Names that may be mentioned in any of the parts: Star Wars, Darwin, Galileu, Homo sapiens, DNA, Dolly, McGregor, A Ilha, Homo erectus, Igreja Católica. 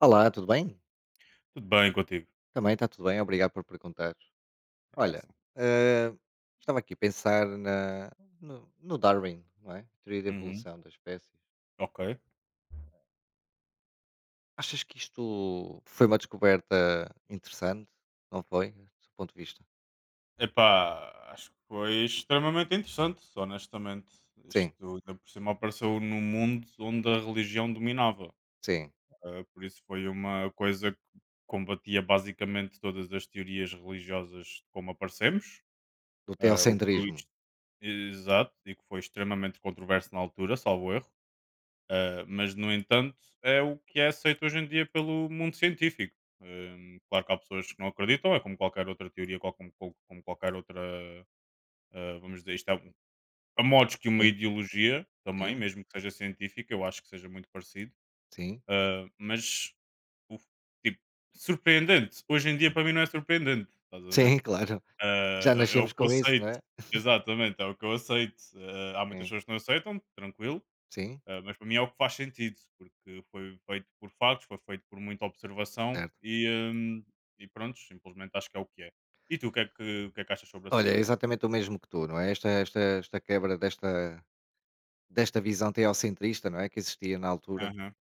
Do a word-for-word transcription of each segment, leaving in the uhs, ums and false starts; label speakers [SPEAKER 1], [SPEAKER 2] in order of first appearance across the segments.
[SPEAKER 1] Olá, tudo bem?
[SPEAKER 2] Tudo bem contigo?
[SPEAKER 1] Também está tudo bem, obrigado por perguntar. Olha,
[SPEAKER 2] Parece.
[SPEAKER 1] eh, estava aqui a pensar na, no, no Darwin, não é? A teoria da
[SPEAKER 2] Uhum.
[SPEAKER 1] evolução das espécies.
[SPEAKER 2] Ok.
[SPEAKER 1] Achas que isto foi uma descoberta interessante? Não foi? Do seu ponto de vista?
[SPEAKER 2] Epá, acho que foi extremamente interessante, honestamente.
[SPEAKER 1] Sim,
[SPEAKER 2] Isto ainda por cima apareceu num mundo onde a religião dominava.
[SPEAKER 1] sim.
[SPEAKER 2] Ah, por isso foi uma coisa que combatia basicamente todas as teorias religiosas como aparecemos.
[SPEAKER 1] Do
[SPEAKER 2] Ah, o que foi
[SPEAKER 1] teocentrismo.
[SPEAKER 2] ex- Exato, e que foi extremamente controverso na altura, salvo erro. Ah, mas, no entanto, é o que é aceito hoje em dia pelo mundo científico. Hum, claro que há pessoas que não acreditam, é como qualquer outra teoria, qual- como, como- como qualquer outra, ah, vamos dizer, isto é um- a modos que uma
[SPEAKER 1] Sim,
[SPEAKER 2] ideologia também,
[SPEAKER 1] sim,
[SPEAKER 2] mesmo que seja científica, eu acho que seja muito parecido.
[SPEAKER 1] sim.
[SPEAKER 2] Ah, mas, o- tipo, surpreendente. Hoje em dia,
[SPEAKER 1] Sim,
[SPEAKER 2] para mim, não é surpreendente, estás a ver?
[SPEAKER 1] sim, claro.
[SPEAKER 2] Ah,
[SPEAKER 1] Já
[SPEAKER 2] é o
[SPEAKER 1] nascemos
[SPEAKER 2] que eu
[SPEAKER 1] com isso, não
[SPEAKER 2] aceito.
[SPEAKER 1] é?
[SPEAKER 2] Exatamente, é o que eu aceito. Ah, há muitas
[SPEAKER 1] Sim,
[SPEAKER 2] pessoas que não aceitam, tranquilo.
[SPEAKER 1] sim,
[SPEAKER 2] Ah, mas para mim é o que faz sentido, porque foi feito por factos, foi feito por muita observação
[SPEAKER 1] certo.
[SPEAKER 2] e, hum, e pronto, simplesmente acho que é o que é. E tu, o que é que, o que, é que achas sobre essa
[SPEAKER 1] Olha, é
[SPEAKER 2] situação?
[SPEAKER 1] exatamente o mesmo que tu, não é? Esta, esta, esta quebra desta, desta visão teocentrista, não é? Que existia na altura.
[SPEAKER 2] Aham,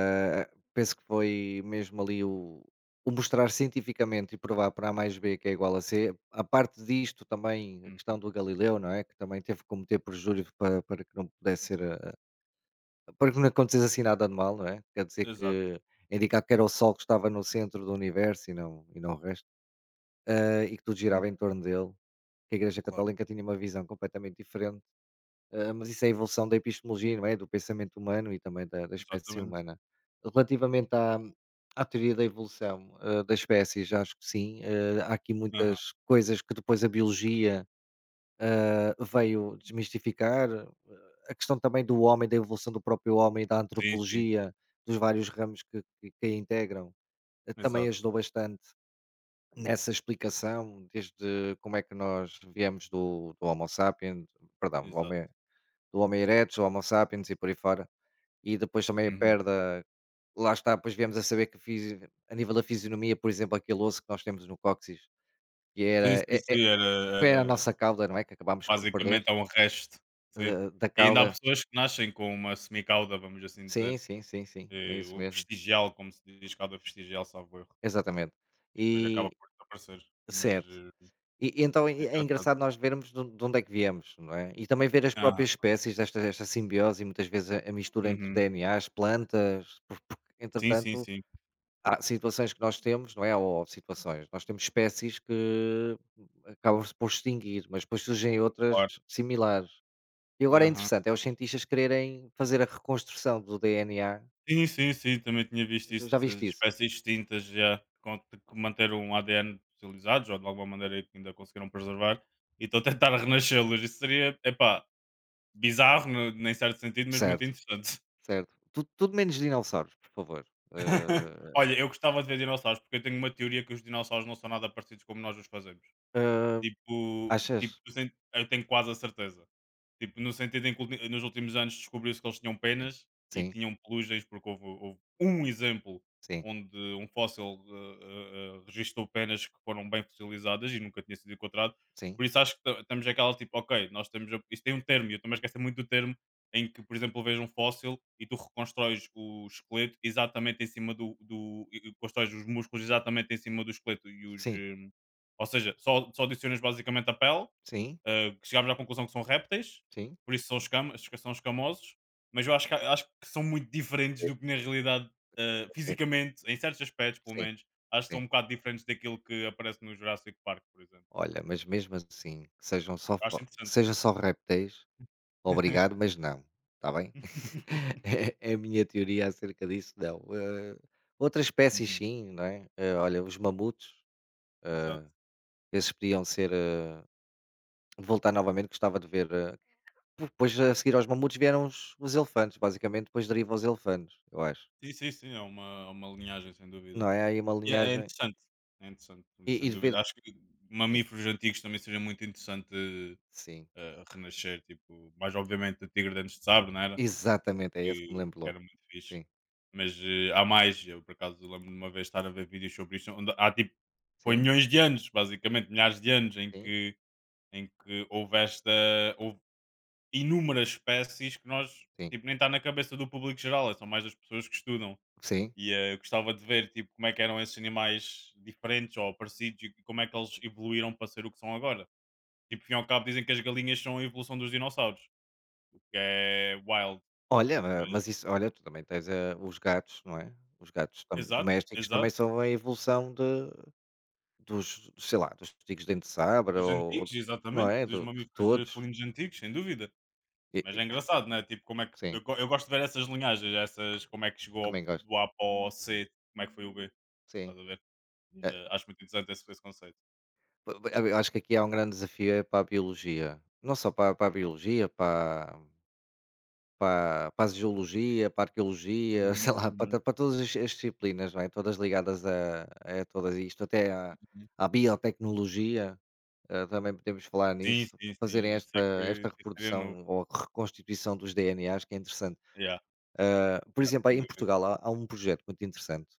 [SPEAKER 1] Ah, penso que foi mesmo ali o, o, mostrar cientificamente e provar para A mais B que é igual a C. A parte disto também, a
[SPEAKER 2] uhum.
[SPEAKER 1] questão do Galileu, não é? Que também teve que cometer prejuízo para, para, que não pudesse ser, eh, para que não acontecesse assim nada anormal, não é? Quer dizer
[SPEAKER 2] Exato.
[SPEAKER 1] que indicar que era o Sol que estava no centro do universo e não, e não o resto, eh, e que tudo
[SPEAKER 2] Hum.
[SPEAKER 1] girava em torno dele. Que a Igreja
[SPEAKER 2] Claro.
[SPEAKER 1] Católica tinha uma visão completamente diferente. Ah, mas isso é a evolução da epistemologia, não é? Do pensamento humano e também da, da, espécie
[SPEAKER 2] Exatamente.
[SPEAKER 1] humana. Relativamente à, à teoria da evolução, ah, das espécies, acho que sim. Ah, há aqui
[SPEAKER 2] Aham.
[SPEAKER 1] muitas coisas que depois a biologia ah, veio desmistificar. Ah, a questão também do homem, da evolução do próprio homem, da
[SPEAKER 2] Sim, sim.
[SPEAKER 1] antropologia, dos vários ramos que, que, que a integram, ah, também
[SPEAKER 2] Exato.
[SPEAKER 1] ajudou bastante nessa explicação, desde como é que nós viemos do, do Homo sapiens, perdão, do Homo
[SPEAKER 2] Exato.
[SPEAKER 1] do Homo erectus, o Homo sapiens e por aí fora. E depois também a
[SPEAKER 2] Uhum.
[SPEAKER 1] perda lá está, depois viemos a saber que fisi a nível da fisionomia, por exemplo, aquele osso que nós temos no cóccix, que era
[SPEAKER 2] Sim, sim,
[SPEAKER 1] é é
[SPEAKER 2] sim. Era,
[SPEAKER 1] foi a
[SPEAKER 2] era
[SPEAKER 1] nossa cauda, não é, que acabámos por perder,
[SPEAKER 2] basicamente é um resto. Sim.
[SPEAKER 1] eh, da
[SPEAKER 2] E ainda há
[SPEAKER 1] cauda.
[SPEAKER 2] pessoas que nascem com uma semicauda, vamos assim
[SPEAKER 1] Sim,
[SPEAKER 2] dizer.
[SPEAKER 1] sim, sim, sim, é
[SPEAKER 2] eh,
[SPEAKER 1] isso
[SPEAKER 2] O
[SPEAKER 1] mesmo,
[SPEAKER 2] vestigial, como se diz, cauda vestigial, salvo erro.
[SPEAKER 1] exatamente.
[SPEAKER 2] E depois acaba
[SPEAKER 1] E
[SPEAKER 2] por desaparecer, mas,
[SPEAKER 1] certo.
[SPEAKER 2] eh,
[SPEAKER 1] E e então é
[SPEAKER 2] é
[SPEAKER 1] é
[SPEAKER 2] engraçado.
[SPEAKER 1] engraçado nós vermos de onde de onde é que viemos, não é, e também ver as
[SPEAKER 2] Aham,
[SPEAKER 1] próprias espécies desta desta simbiose e muitas vezes a a mistura entre
[SPEAKER 2] uhum.
[SPEAKER 1] D N As, plantas, por porque
[SPEAKER 2] Sim, sim,
[SPEAKER 1] entretanto.
[SPEAKER 2] sim,
[SPEAKER 1] Há situações que nós temos, não é, ou situações, nós temos espécies que acabam-se por extinguir, mas depois surgem outras
[SPEAKER 2] claro.
[SPEAKER 1] similares. E agora é
[SPEAKER 2] Aham.
[SPEAKER 1] interessante, é os cientistas quererem fazer a reconstrução do D N A.
[SPEAKER 2] Sim, sim, sim, também tinha visto
[SPEAKER 1] Já
[SPEAKER 2] isso
[SPEAKER 1] já
[SPEAKER 2] de
[SPEAKER 1] viste isso?
[SPEAKER 2] espécies extintas já com que manteram o A D N fossilizados ou de alguma maneira que ainda conseguiram preservar e estão a tentar renascê-los. Isso seria, epá, bizarro no nem certo sentido, mas muito
[SPEAKER 1] Certo,
[SPEAKER 2] interessante.
[SPEAKER 1] certo. Tu- Tudo, menos dinossauros, por favor. Eh,
[SPEAKER 2] Olha, eu gostava de ver dinossauros, porque eu tenho uma teoria que os dinossauros não são nada parecidos como nós os fazemos.
[SPEAKER 1] eh,
[SPEAKER 2] Tipo tipo,
[SPEAKER 1] achas?
[SPEAKER 2] tu sente eu tenho quase a certeza. Tipo, no sentido em que ulti nos últimos anos descobriu-se que eles tinham
[SPEAKER 1] Sim,
[SPEAKER 2] penas e que
[SPEAKER 1] sim,
[SPEAKER 2] tinham pelugens, porque houve houve um exemplo
[SPEAKER 1] sim,
[SPEAKER 2] onde um fóssil, eh eh eh, registou penas que foram bem fossilizadas e nunca tinha sido encontrado.
[SPEAKER 1] sim,
[SPEAKER 2] Por isso acho que ta estamos aquela tipo: "Ok, nós estamos a". Isto tem um termo e eu também esqueço-me muito do termo, em que, por exemplo, vês um fóssil e tu reconstróis o esqueleto exatamente em cima do do e e constróis os músculos exatamente em cima do esqueleto e os,
[SPEAKER 1] sim,
[SPEAKER 2] eh ou seja, só, só adicionas basicamente a pele,
[SPEAKER 1] sim,
[SPEAKER 2] uh, que chegámos à conclusão que são répteis,
[SPEAKER 1] sim.
[SPEAKER 2] por isso são, escam são escamosos, mas eu acho que, acho que são muito diferentes
[SPEAKER 1] Eh,
[SPEAKER 2] do que na realidade, uh,
[SPEAKER 1] me-
[SPEAKER 2] fisicamente, em certos aspectos pelo
[SPEAKER 1] Sim,
[SPEAKER 2] menos, acho que são
[SPEAKER 1] sim.
[SPEAKER 2] um bocado diferentes daquilo que aparece no Jurassic Park, por exemplo.
[SPEAKER 1] Olha, mas mesmo assim, que sejam só, fo-
[SPEAKER 2] Acho
[SPEAKER 1] que
[SPEAKER 2] interessante.
[SPEAKER 1] sejam só répteis. Obrigado, mas não, está bem? É é a minha teoria acerca disso, não. Eh, outras espécies
[SPEAKER 2] Uhum.
[SPEAKER 1] sim, não é? Eh, olha, os mamutos,
[SPEAKER 2] Exato.
[SPEAKER 1] esses podiam ser, eh, voltar novamente, gostava de ver, eh, depois a seguir aos mamutos vieram os os elefantes, basicamente depois deriva os elefantes, eu acho.
[SPEAKER 2] Sim, sim, sim, é uma, é uma linhagem, sem dúvida.
[SPEAKER 1] Não é, há aí uma
[SPEAKER 2] E é, é
[SPEAKER 1] linhagem
[SPEAKER 2] interessante. É interessante,
[SPEAKER 1] e e
[SPEAKER 2] sem
[SPEAKER 1] de ver.
[SPEAKER 2] dúvida. Acho que
[SPEAKER 1] Sim,
[SPEAKER 2] mamíferos antigos também seria muito interessante
[SPEAKER 1] sim,
[SPEAKER 2] a renascer, tipo, mais obviamente o Tigre Dentes de Sabre, não era?
[SPEAKER 1] exatamente, é esse que me
[SPEAKER 2] Que,
[SPEAKER 1] lembro
[SPEAKER 2] que
[SPEAKER 1] logo.
[SPEAKER 2] era muito fixe.
[SPEAKER 1] Sim,
[SPEAKER 2] Mas eh, há mais, eu por acaso lembro-me de uma vez estar a ver vídeos sobre isto, onde há tipo, foi
[SPEAKER 1] sim,
[SPEAKER 2] milhões de anos, basicamente, milhares de anos em
[SPEAKER 1] sim,
[SPEAKER 2] que, em que houve esta, houve inúmeras espécies que nós,
[SPEAKER 1] sim,
[SPEAKER 2] tipo, nem está na cabeça do público geral, são mais das pessoas que estudam.
[SPEAKER 1] sim.
[SPEAKER 2] E eh, eu gostava de ver, tipo, como é que eram esses animais diferentes ou parecidos e como é que eles evoluíram para ser o que são agora. Tipo, fim ao cabo dizem que as galinhas são a evolução dos dinossauros. É wild,
[SPEAKER 1] Olha, ma
[SPEAKER 2] mas
[SPEAKER 1] mas isso olha, tu também tens, eh, os gatos, não é? Os gatos tam
[SPEAKER 2] exato,
[SPEAKER 1] domésticos também
[SPEAKER 2] exato,
[SPEAKER 1] são a evolução de dos, sei lá, dos tigres de dente de sabre
[SPEAKER 2] dos
[SPEAKER 1] ou ou
[SPEAKER 2] antigos,
[SPEAKER 1] não
[SPEAKER 2] exatamente,
[SPEAKER 1] é?
[SPEAKER 2] dos
[SPEAKER 1] Do de
[SPEAKER 2] mamíferos
[SPEAKER 1] todos.
[SPEAKER 2] felinos antigos, sem dúvida.
[SPEAKER 1] E
[SPEAKER 2] Mas
[SPEAKER 1] e
[SPEAKER 2] é engraçado, né? Tipo, como é que eu,
[SPEAKER 1] sim,
[SPEAKER 2] go- eu gosto de ver essas linhagens, essas, como é que chegou ao-
[SPEAKER 1] também gosto,
[SPEAKER 2] do A para o C, como é que foi o B,
[SPEAKER 1] sim.
[SPEAKER 2] estás a ver?
[SPEAKER 1] Eh,
[SPEAKER 2] Eh, acho muito interessante esse, esse conceito.
[SPEAKER 1] pa pa eu acho que aqui há um grande desafio é para a biologia. Não só para para a biologia, para para para a zoologia, para a arqueologia,
[SPEAKER 2] Uhum,
[SPEAKER 1] sei lá,
[SPEAKER 2] uhum,
[SPEAKER 1] para para todas as as disciplinas, não é? Todas ligadas a a todas isto, até à
[SPEAKER 2] uhum.
[SPEAKER 1] à biotecnologia. eh, também podemos falar
[SPEAKER 2] Sim,
[SPEAKER 1] nisso,
[SPEAKER 2] sim, sim,
[SPEAKER 1] fazerem
[SPEAKER 2] isso
[SPEAKER 1] esta,
[SPEAKER 2] é que
[SPEAKER 1] esta
[SPEAKER 2] isso seria novo.
[SPEAKER 1] reprodução ou reconstituição dos D N As, que é interessante.
[SPEAKER 2] Yeah,
[SPEAKER 1] Eh, Por
[SPEAKER 2] yeah,
[SPEAKER 1] exemplo, aí
[SPEAKER 2] sem
[SPEAKER 1] em
[SPEAKER 2] dúvida.
[SPEAKER 1] Portugal há, há um projeto muito interessante,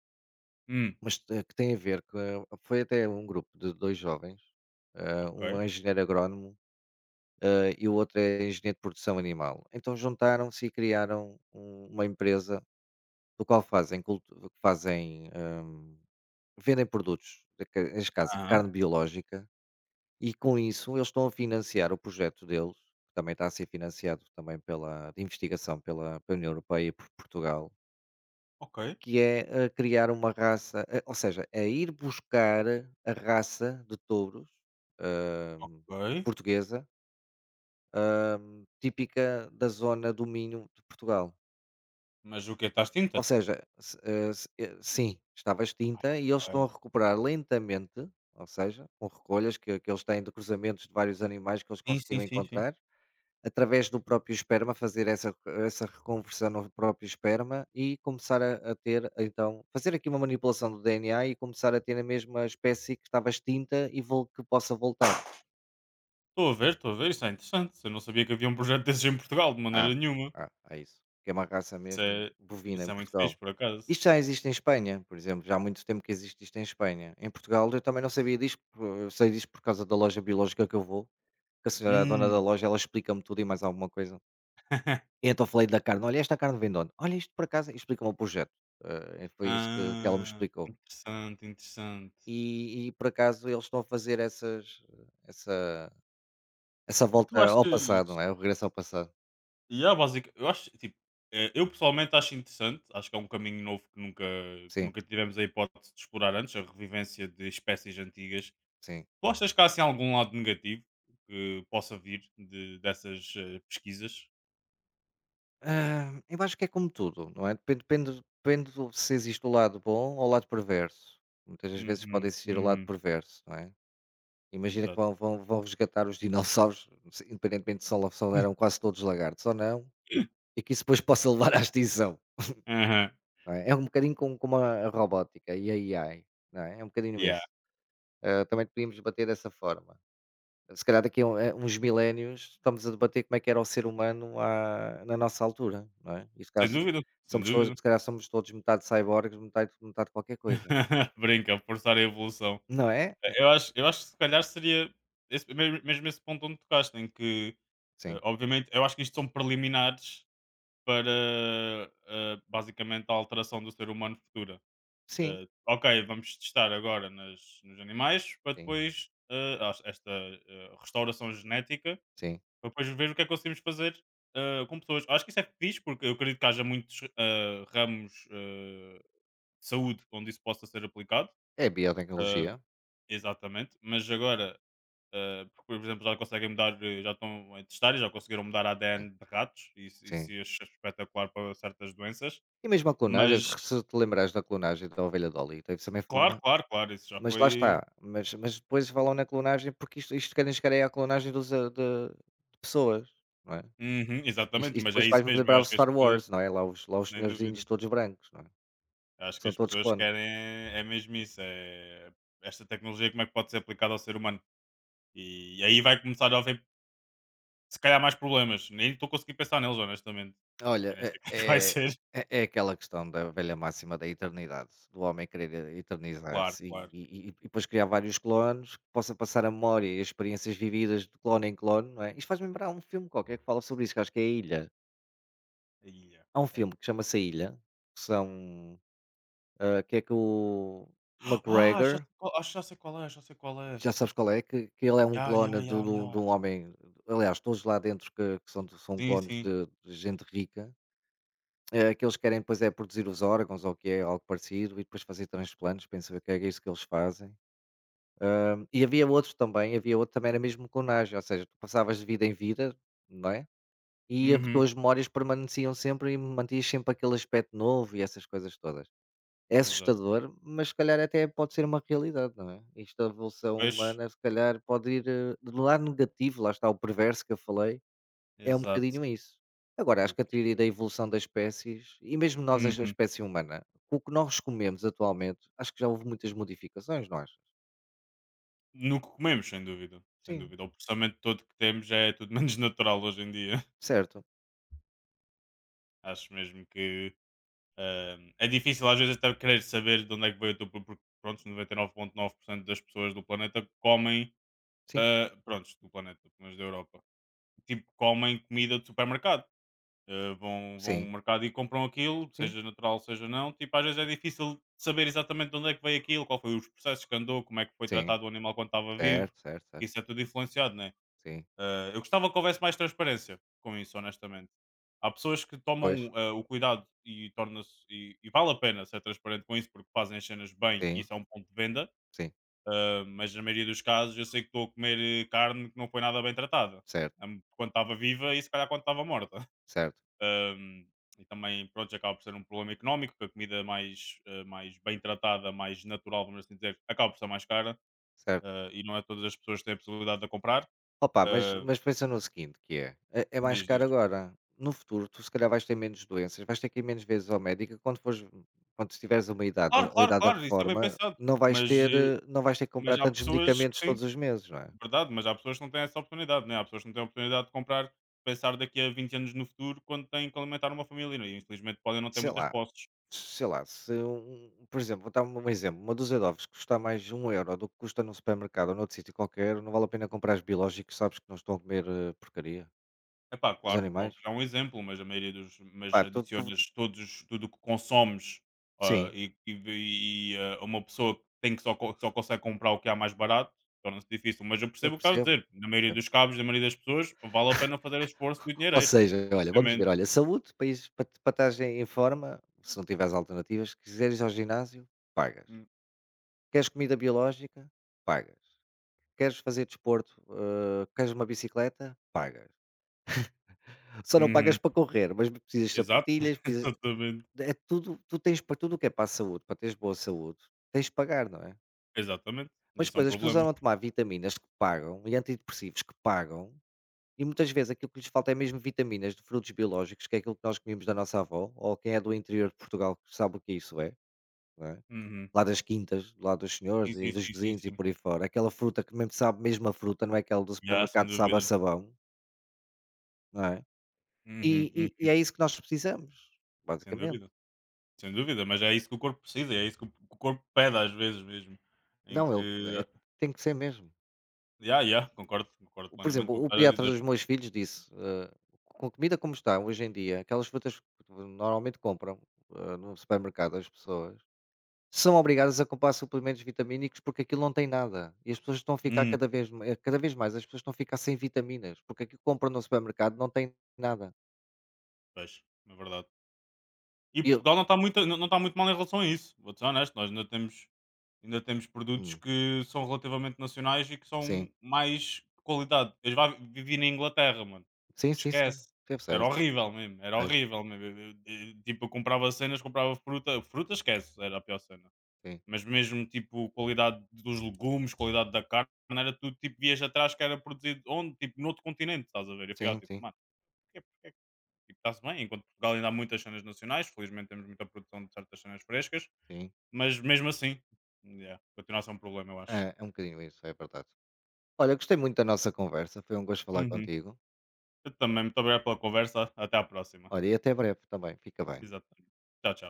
[SPEAKER 2] Hum,
[SPEAKER 1] mas eh, que tem a ver com. ah, Foi até um grupo de dois jovens, eh,
[SPEAKER 2] ok,
[SPEAKER 1] um é engenheiro agrónomo, eh, e o outro é engenheiro de produção animal. Então juntaram-se e criaram um- uma empresa do qual fazem, cultu- fazem, eh, vendem produtos, da ca- neste caso,
[SPEAKER 2] aham,
[SPEAKER 1] carne biológica. E com isso eles estão a financiar o projeto deles, que também está a ser financiado também pela de investigação pela pela União Europeia e por Portugal,
[SPEAKER 2] ok,
[SPEAKER 1] que é a criar uma raça, eh, ou seja, é ir buscar a raça de touros, hum,
[SPEAKER 2] ok.
[SPEAKER 1] portuguesa, hum, típica da zona do Minho de Portugal.
[SPEAKER 2] Mas o que? Estás tinta?
[SPEAKER 1] Ou seja, se eh, se eh, sim, estava extinta e eles estão a
[SPEAKER 2] Ok.
[SPEAKER 1] recuperar lentamente, ou seja, com recolhas que que eles têm de cruzamentos de vários animais que eles
[SPEAKER 2] Sim, sim,
[SPEAKER 1] conseguiram
[SPEAKER 2] sim, sim.
[SPEAKER 1] encontrar. Através do próprio esperma, fazer essa essa reconversão no próprio esperma e começar a a ter então fazer aqui uma manipulação do D N A e começar a ter a mesma espécie que estava extinta e vol que possa voltar.
[SPEAKER 2] Estou a ver, estou a ver, isso é interessante. Eu não sabia que havia um projeto desses em Portugal, de maneira
[SPEAKER 1] Ah,
[SPEAKER 2] nenhuma.
[SPEAKER 1] ah, é isso. Que é uma raça
[SPEAKER 2] Isso
[SPEAKER 1] mesmo
[SPEAKER 2] é,
[SPEAKER 1] bovina em
[SPEAKER 2] isso é muito fixe,
[SPEAKER 1] Portugal.
[SPEAKER 2] por acaso.
[SPEAKER 1] Isto já existe em Espanha, por exemplo, já há muito tempo que existe isto em Espanha. Em Portugal eu também não sabia disto, por- eu sei disto por causa da loja biológica que eu vou, que a senhora, a dona da
[SPEAKER 2] Hum.
[SPEAKER 1] loja, ela explica-me tudo e mais alguma coisa. E então falei da carne: "Olha, esta carne vem de onde?". "Olha, isto por acaso" e explica-me o projeto. Eh, e foi isso que que ela me
[SPEAKER 2] Ah,
[SPEAKER 1] explicou.
[SPEAKER 2] interessante, interessante.
[SPEAKER 1] E e por acaso eles estão a fazer essas essa essa
[SPEAKER 2] E tu
[SPEAKER 1] volta ao
[SPEAKER 2] achas.
[SPEAKER 1] passado, não é, o regresso ao passado.
[SPEAKER 2] Yeah, basic, eu acho, tipo, eh, eu pessoalmente acho interessante, acho que é um caminho novo que nunca, que
[SPEAKER 1] Sim,
[SPEAKER 2] nunca tivemos a hipótese de explorar antes, a revivência de espécies antigas.
[SPEAKER 1] sim.
[SPEAKER 2] Tu achas que há assim algum lado negativo que possa vir de, dessas eh, pesquisas?
[SPEAKER 1] Ah, eu acho que é como tudo, não é? Depende depende depende do se existe o lado bom ou o lado perverso. Muitas das vezes pode
[SPEAKER 2] Uhum,
[SPEAKER 1] existir o lado
[SPEAKER 2] uhum,
[SPEAKER 1] perverso, não é? Imagina que
[SPEAKER 2] exato.
[SPEAKER 1] vão vão vão resgatar os dinossauros, se independentemente se eram quase todos lagartos ou não, e que isso depois possa levar à extinção.
[SPEAKER 2] Aham.
[SPEAKER 1] Não é? É um bocadinho como como a a robótica e a AI, não é? É um bocadinho
[SPEAKER 2] Yeah,
[SPEAKER 1] isso. Ah, também podíamos debater dessa forma. Se calhar daqui a um a uns milénios estamos a debater como é que era o ser humano à na nossa altura, não é? E se calhar
[SPEAKER 2] sem
[SPEAKER 1] so
[SPEAKER 2] dúvida, sem
[SPEAKER 1] somos todos
[SPEAKER 2] dúvida.
[SPEAKER 1] se calhar somos todos metade ciborgues, metade metade qualquer coisa,
[SPEAKER 2] Brinca, forçar a evolução.
[SPEAKER 1] não é?
[SPEAKER 2] Eh, eu acho eu acho que se calhar seria esse me mesmo esse ponto onde tocaste, em que,
[SPEAKER 1] Sim,
[SPEAKER 2] eh, obviamente eu acho que isto são preliminares para, eh, basicamente a alteração do ser humano futura.
[SPEAKER 1] sim,
[SPEAKER 2] Eh, ok, vamos testar agora nas nos animais para
[SPEAKER 1] sim,
[SPEAKER 2] depois, eh, as esta, eh, restauração genética,
[SPEAKER 1] sim.
[SPEAKER 2] para depois ver o que é que conseguimos fazer, eh, com pessoas. Acho que isso é fixe, porque eu acredito que haja muitos, eh, ramos, eh saúde onde isso possa ser aplicado,
[SPEAKER 1] É
[SPEAKER 2] ah,
[SPEAKER 1] biotecnologia,
[SPEAKER 2] exatamente, mas agora, ah, porque, por exemplo, já conseguem mudar, eh, já estão a testar e já conseguiram mudar a
[SPEAKER 1] sim,
[SPEAKER 2] ADN de ratos, e isso, isso
[SPEAKER 1] sim.
[SPEAKER 2] é espetacular para certas doenças,
[SPEAKER 1] E mesmo a clonagem, se
[SPEAKER 2] mas
[SPEAKER 1] se te lembrares da clonagem da ovelha Dolly, teve também foi
[SPEAKER 2] claro,
[SPEAKER 1] uma.
[SPEAKER 2] claro, claro, isso já
[SPEAKER 1] Mas lá está,
[SPEAKER 2] foi.
[SPEAKER 1] mas mas depois falam na clonagem porque isto isto querem chegar aí à clonagem dos a de de pessoas, não é?
[SPEAKER 2] Uhum,
[SPEAKER 1] Isto
[SPEAKER 2] exatamente,
[SPEAKER 1] isto
[SPEAKER 2] mas é
[SPEAKER 1] depois
[SPEAKER 2] isso
[SPEAKER 1] faz-me
[SPEAKER 2] mesmo, eu
[SPEAKER 1] lembrar o
[SPEAKER 2] acho que as
[SPEAKER 1] Star
[SPEAKER 2] pessoas,
[SPEAKER 1] Wars, não é? Lá os lá os
[SPEAKER 2] nem dúvida,
[SPEAKER 1] senhorzinhos todos brancos, não é?
[SPEAKER 2] acho que
[SPEAKER 1] São
[SPEAKER 2] as
[SPEAKER 1] todos
[SPEAKER 2] pessoas
[SPEAKER 1] clones.
[SPEAKER 2] querem, é mesmo isso, é esta tecnologia como é que pode ser aplicada ao ser humano. E aí vai começar a haver. Se calhar mais problemas, nem estou conseguindo pensar neles honestamente.
[SPEAKER 1] Olha,
[SPEAKER 2] Eu nem
[SPEAKER 1] é
[SPEAKER 2] sei como é que vai
[SPEAKER 1] é
[SPEAKER 2] ser.
[SPEAKER 1] é é aquela questão da velha máxima da eternidade, do homem querer
[SPEAKER 2] Claro,
[SPEAKER 1] eternizar-se e
[SPEAKER 2] claro.
[SPEAKER 1] e e e depois criar vários clones que possa passar a memória e as experiências vividas de clone em clone, não é? Isto faz-me lembrar um filme qualquer que fala sobre isso, que acho que é a Ilha.
[SPEAKER 2] Aí é,
[SPEAKER 1] Há um
[SPEAKER 2] ok.
[SPEAKER 1] filme que chama-se A Ilha, que são ah, que é com o
[SPEAKER 2] Ah, já
[SPEAKER 1] McGregor,
[SPEAKER 2] sei qual, acho que já sei qual é, já sei qual é.
[SPEAKER 1] já sabes qual é, que, que ele é um
[SPEAKER 2] Ya, ya,
[SPEAKER 1] clone de,
[SPEAKER 2] ya,
[SPEAKER 1] um de
[SPEAKER 2] ya.
[SPEAKER 1] um homem, aliás, todos lá dentro que, que são, são
[SPEAKER 2] Sim,
[SPEAKER 1] clones
[SPEAKER 2] sim.
[SPEAKER 1] de, de gente rica, eh, que eles querem depois é produzir os órgãos ou o que é algo parecido e depois fazer transplantes, penso que é isso que eles fazem. E havia outros também, havia outro também, era mesmo clonagem, ou seja, tu passavas de vida em vida, não é? E as
[SPEAKER 2] Uhum.
[SPEAKER 1] tuas memórias permaneciam sempre e mantias sempre aquele aspecto novo e essas coisas todas. É
[SPEAKER 2] Exato.
[SPEAKER 1] assustador, mas se calhar até pode ser uma realidade, não é? Esta evolução
[SPEAKER 2] Pois,
[SPEAKER 1] humana se calhar pode ir, eh, do lado negativo, lá está o perverso que eu falei, é um
[SPEAKER 2] exato.
[SPEAKER 1] bocadinho isso. Agora acho
[SPEAKER 2] Porque
[SPEAKER 1] que a teoria da evolução das espécies e mesmo nós, as a
[SPEAKER 2] uhum.
[SPEAKER 1] espécie humana, com o que nós comemos atualmente, acho que já houve muitas modificações, não achas?
[SPEAKER 2] No que comemos, sem dúvida, sem
[SPEAKER 1] Sim,
[SPEAKER 2] dúvida. O processamento todo que temos já é tudo menos natural hoje em dia.
[SPEAKER 1] certo.
[SPEAKER 2] Acho mesmo que, hã, é difícil às vezes até querer saber de onde é que veio o teu pro porque pronto, noventa e nove vírgula nove por cento das pessoas do planeta comem.
[SPEAKER 1] Sim,
[SPEAKER 2] Uh, prontos, do planeta, mas da Europa. Tipo, comem comida de supermercado. Uh, vão, vão ao
[SPEAKER 1] sim,
[SPEAKER 2] mercado e compram aquilo,
[SPEAKER 1] sim,
[SPEAKER 2] seja natural, seja não. Tipo, às vezes é difícil saber exatamente de onde é que veio aquilo, qual foi os processos que andou, como é que foi
[SPEAKER 1] sim,
[SPEAKER 2] tratado o animal quando estava vivo.
[SPEAKER 1] certo, certo, certo,
[SPEAKER 2] Isso é tudo influenciado, né?
[SPEAKER 1] sim,
[SPEAKER 2] Uh, eu gostava que houvesse mais transparência com isso, honestamente. Há pessoas que tomam
[SPEAKER 1] pois,
[SPEAKER 2] uh, o cuidado e torna-se. E, e vale a pena ser transparente com isso porque fazem as cenas bem e
[SPEAKER 1] sim,
[SPEAKER 2] isso é um ponto de venda,
[SPEAKER 1] sim,
[SPEAKER 2] ah, mas na maioria dos casos eu sei que estou a comer eh, carne que não foi nada bem tratada.
[SPEAKER 1] certo,
[SPEAKER 2] Am- Quando estava viva e se calhar quando estava morta.
[SPEAKER 1] certo,
[SPEAKER 2] Ahm, e também, pronto, acaba por ser um problema económico, que a comida mais, eh, mais bem tratada, mais natural, vamos assim dizer, acaba por ser mais cara,
[SPEAKER 1] certo.
[SPEAKER 2] ah, e não é todas as pessoas que têm a possibilidade de a comprar.
[SPEAKER 1] Opa, mas
[SPEAKER 2] Ah,
[SPEAKER 1] mas pensa no seguinte, que é, é é mais
[SPEAKER 2] Diz,
[SPEAKER 1] caro
[SPEAKER 2] diz.
[SPEAKER 1] agora. No futuro, tu se calhar vais ter menos doenças, vais ter que ir menos vezes ao médico e quando fores quando tiveres uma idade
[SPEAKER 2] Claro,
[SPEAKER 1] a
[SPEAKER 2] claro,
[SPEAKER 1] idade da
[SPEAKER 2] claro, isso é bem
[SPEAKER 1] reforma,
[SPEAKER 2] pensado.
[SPEAKER 1] não vais
[SPEAKER 2] Mas,
[SPEAKER 1] ter
[SPEAKER 2] eh,
[SPEAKER 1] eh, não vais ter que
[SPEAKER 2] mas
[SPEAKER 1] comprar
[SPEAKER 2] há
[SPEAKER 1] tantos
[SPEAKER 2] pessoas que
[SPEAKER 1] medicamentos
[SPEAKER 2] sim.
[SPEAKER 1] todos os meses, não é?
[SPEAKER 2] Verdade, mas há pessoas que não têm essa oportunidade, né? Há pessoas que não têm a oportunidade de comprar, pensar daqui a vinte anos no futuro, quando têm que alimentar uma família, né? E infelizmente podem não ter
[SPEAKER 1] Sei
[SPEAKER 2] muitas
[SPEAKER 1] lá,
[SPEAKER 2] posses.
[SPEAKER 1] sei lá, se um um, por exemplo, vou dar um exemplo, uma dúzia de ovos custar mais um euro do que custa num supermercado ou noutro sítio qualquer, não vale a pena comprar os biológicos, sabes que não estão a comer, eh, porcaria,
[SPEAKER 2] É pá,
[SPEAKER 1] os
[SPEAKER 2] claro,
[SPEAKER 1] animais.
[SPEAKER 2] óbvio, é um exemplo, mas a maioria dos. Mas
[SPEAKER 1] Pá, tu tu
[SPEAKER 2] adicionas todos, os- tudo o que consomes, ah,
[SPEAKER 1] sim,
[SPEAKER 2] e, e, e, ah, uma pessoa que tem que só, co- que só consegue comprar o que há mais barato, torna-se difícil. Mas eu percebo o que estás a dizer. Na
[SPEAKER 1] eu
[SPEAKER 2] maioria
[SPEAKER 1] percebo.
[SPEAKER 2] dos cabos, na maioria das pessoas, vale a pena fazer esforço e o dinheiro
[SPEAKER 1] Ou
[SPEAKER 2] extra,
[SPEAKER 1] seja, olha, vamos
[SPEAKER 2] obviamente.
[SPEAKER 1] ver, olha, saúde, país para para estares em em forma, se não tiveres alternativas, quiseres ir ao ginásio, pagas.
[SPEAKER 2] Hum.
[SPEAKER 1] Queres comida biológica? Pagas. Queres fazer desporto, hã, queres uma bicicleta? Pagas. Só não pagas
[SPEAKER 2] Uhum.
[SPEAKER 1] para correr, mas precisas de
[SPEAKER 2] Exato,
[SPEAKER 1] sapatilhas, precisas
[SPEAKER 2] exatamente.
[SPEAKER 1] é tudo, tu tens para tudo o que é para a saúde, para teres boa saúde, tens de pagar, não é?
[SPEAKER 2] Exatamente.
[SPEAKER 1] Mas
[SPEAKER 2] Isso é um
[SPEAKER 1] depois as pessoas
[SPEAKER 2] problema.
[SPEAKER 1] andam a tomar vitaminas que pagam e antidepressivos que pagam. E muitas vezes aquilo que lhes falta é mesmo vitaminas de frutos biológicos, que é aquilo que nós comíamos da nossa avó, ou quem é do interior de Portugal que sabe o que isso é, não é?
[SPEAKER 2] Uhum.
[SPEAKER 1] Lá das quintas, lá dos senhores
[SPEAKER 2] Sim,
[SPEAKER 1] e
[SPEAKER 2] sim,
[SPEAKER 1] dos
[SPEAKER 2] sim, sim,
[SPEAKER 1] vizinhos e
[SPEAKER 2] sim.
[SPEAKER 1] por aí fora. Aquela fruta que mesmo sabe mesmo a fruta, não é aquela do
[SPEAKER 2] Já,
[SPEAKER 1] supermercado
[SPEAKER 2] sem
[SPEAKER 1] que sabe a
[SPEAKER 2] dúvida.
[SPEAKER 1] sabão, não é?
[SPEAKER 2] Uhum,
[SPEAKER 1] E, e, e
[SPEAKER 2] uhum.
[SPEAKER 1] é isso que nós precisamos,
[SPEAKER 2] Sem
[SPEAKER 1] basicamente.
[SPEAKER 2] dúvida, sem dúvida, mas é isso que o corpo precisa, é isso que o que o corpo pede às vezes mesmo. Em
[SPEAKER 1] Não, ele
[SPEAKER 2] que
[SPEAKER 1] é- tem que ser mesmo.
[SPEAKER 2] já, já, concordo, concordo
[SPEAKER 1] O- Por
[SPEAKER 2] plenamente com o
[SPEAKER 1] exemplo,
[SPEAKER 2] que
[SPEAKER 1] o
[SPEAKER 2] estás a
[SPEAKER 1] pediatra
[SPEAKER 2] dizer.
[SPEAKER 1] dos meus filhos disse, eh, com a comida como está hoje em dia, aquelas frutas que normalmente compram, eh, no supermercado, as pessoas são obrigadas a comprar suplementos vitamínicos porque aquilo não tem nada e as pessoas estão a ficar
[SPEAKER 2] Hum,
[SPEAKER 1] cada vez ma eh, cada vez mais as pessoas estão a ficar sem vitaminas, porque aquilo que compram no supermercado não tem nada.
[SPEAKER 2] pois, é verdade. E
[SPEAKER 1] E eu
[SPEAKER 2] Portugal não está muito, não, não está muito mal em relação a isso, vou-te ser honesto, nós ainda temos. Ainda temos produtos
[SPEAKER 1] hum,
[SPEAKER 2] que são relativamente nacionais e que são
[SPEAKER 1] sim,
[SPEAKER 2] mais qualidade. Eu já vivi na Inglaterra, mano.
[SPEAKER 1] sim, sim, sim,
[SPEAKER 2] Esquece.
[SPEAKER 1] eu sei,
[SPEAKER 2] Era
[SPEAKER 1] eu sei,
[SPEAKER 2] horrível mesmo, era horrível mesmo. Eu- eu- eu- tipo, eu comprava cenas, comprava fruta. Fruta, esquece, era a pior cena. Mas mesmo, tipo, qualidade dos legumes, qualidade da carne, era tudo, tipo, vias atrás que era produzido onde? Tipo, noutro continente, estás a ver? E eu ficava,
[SPEAKER 1] sim, sim,
[SPEAKER 2] tipo,
[SPEAKER 1] sim,
[SPEAKER 2] mano, é que tipo, está-se bem. Enquanto Portugal ainda há muitas cenas nacionais, felizmente temos muita produção de certas cenas frescas,
[SPEAKER 1] sim.
[SPEAKER 2] mas mesmo assim, yeah, continua a ser um problema, eu acho.
[SPEAKER 1] É, é um bocadinho isso, é verdade. Olha, gostei muito da nossa conversa, foi um gosto falar
[SPEAKER 2] Uhum.
[SPEAKER 1] contigo.
[SPEAKER 2] Eu também. Muito obrigado pela conversa. Até à próxima.
[SPEAKER 1] Olha, e até breve também, fica bem.
[SPEAKER 2] Exatamente. Tchau, tchau.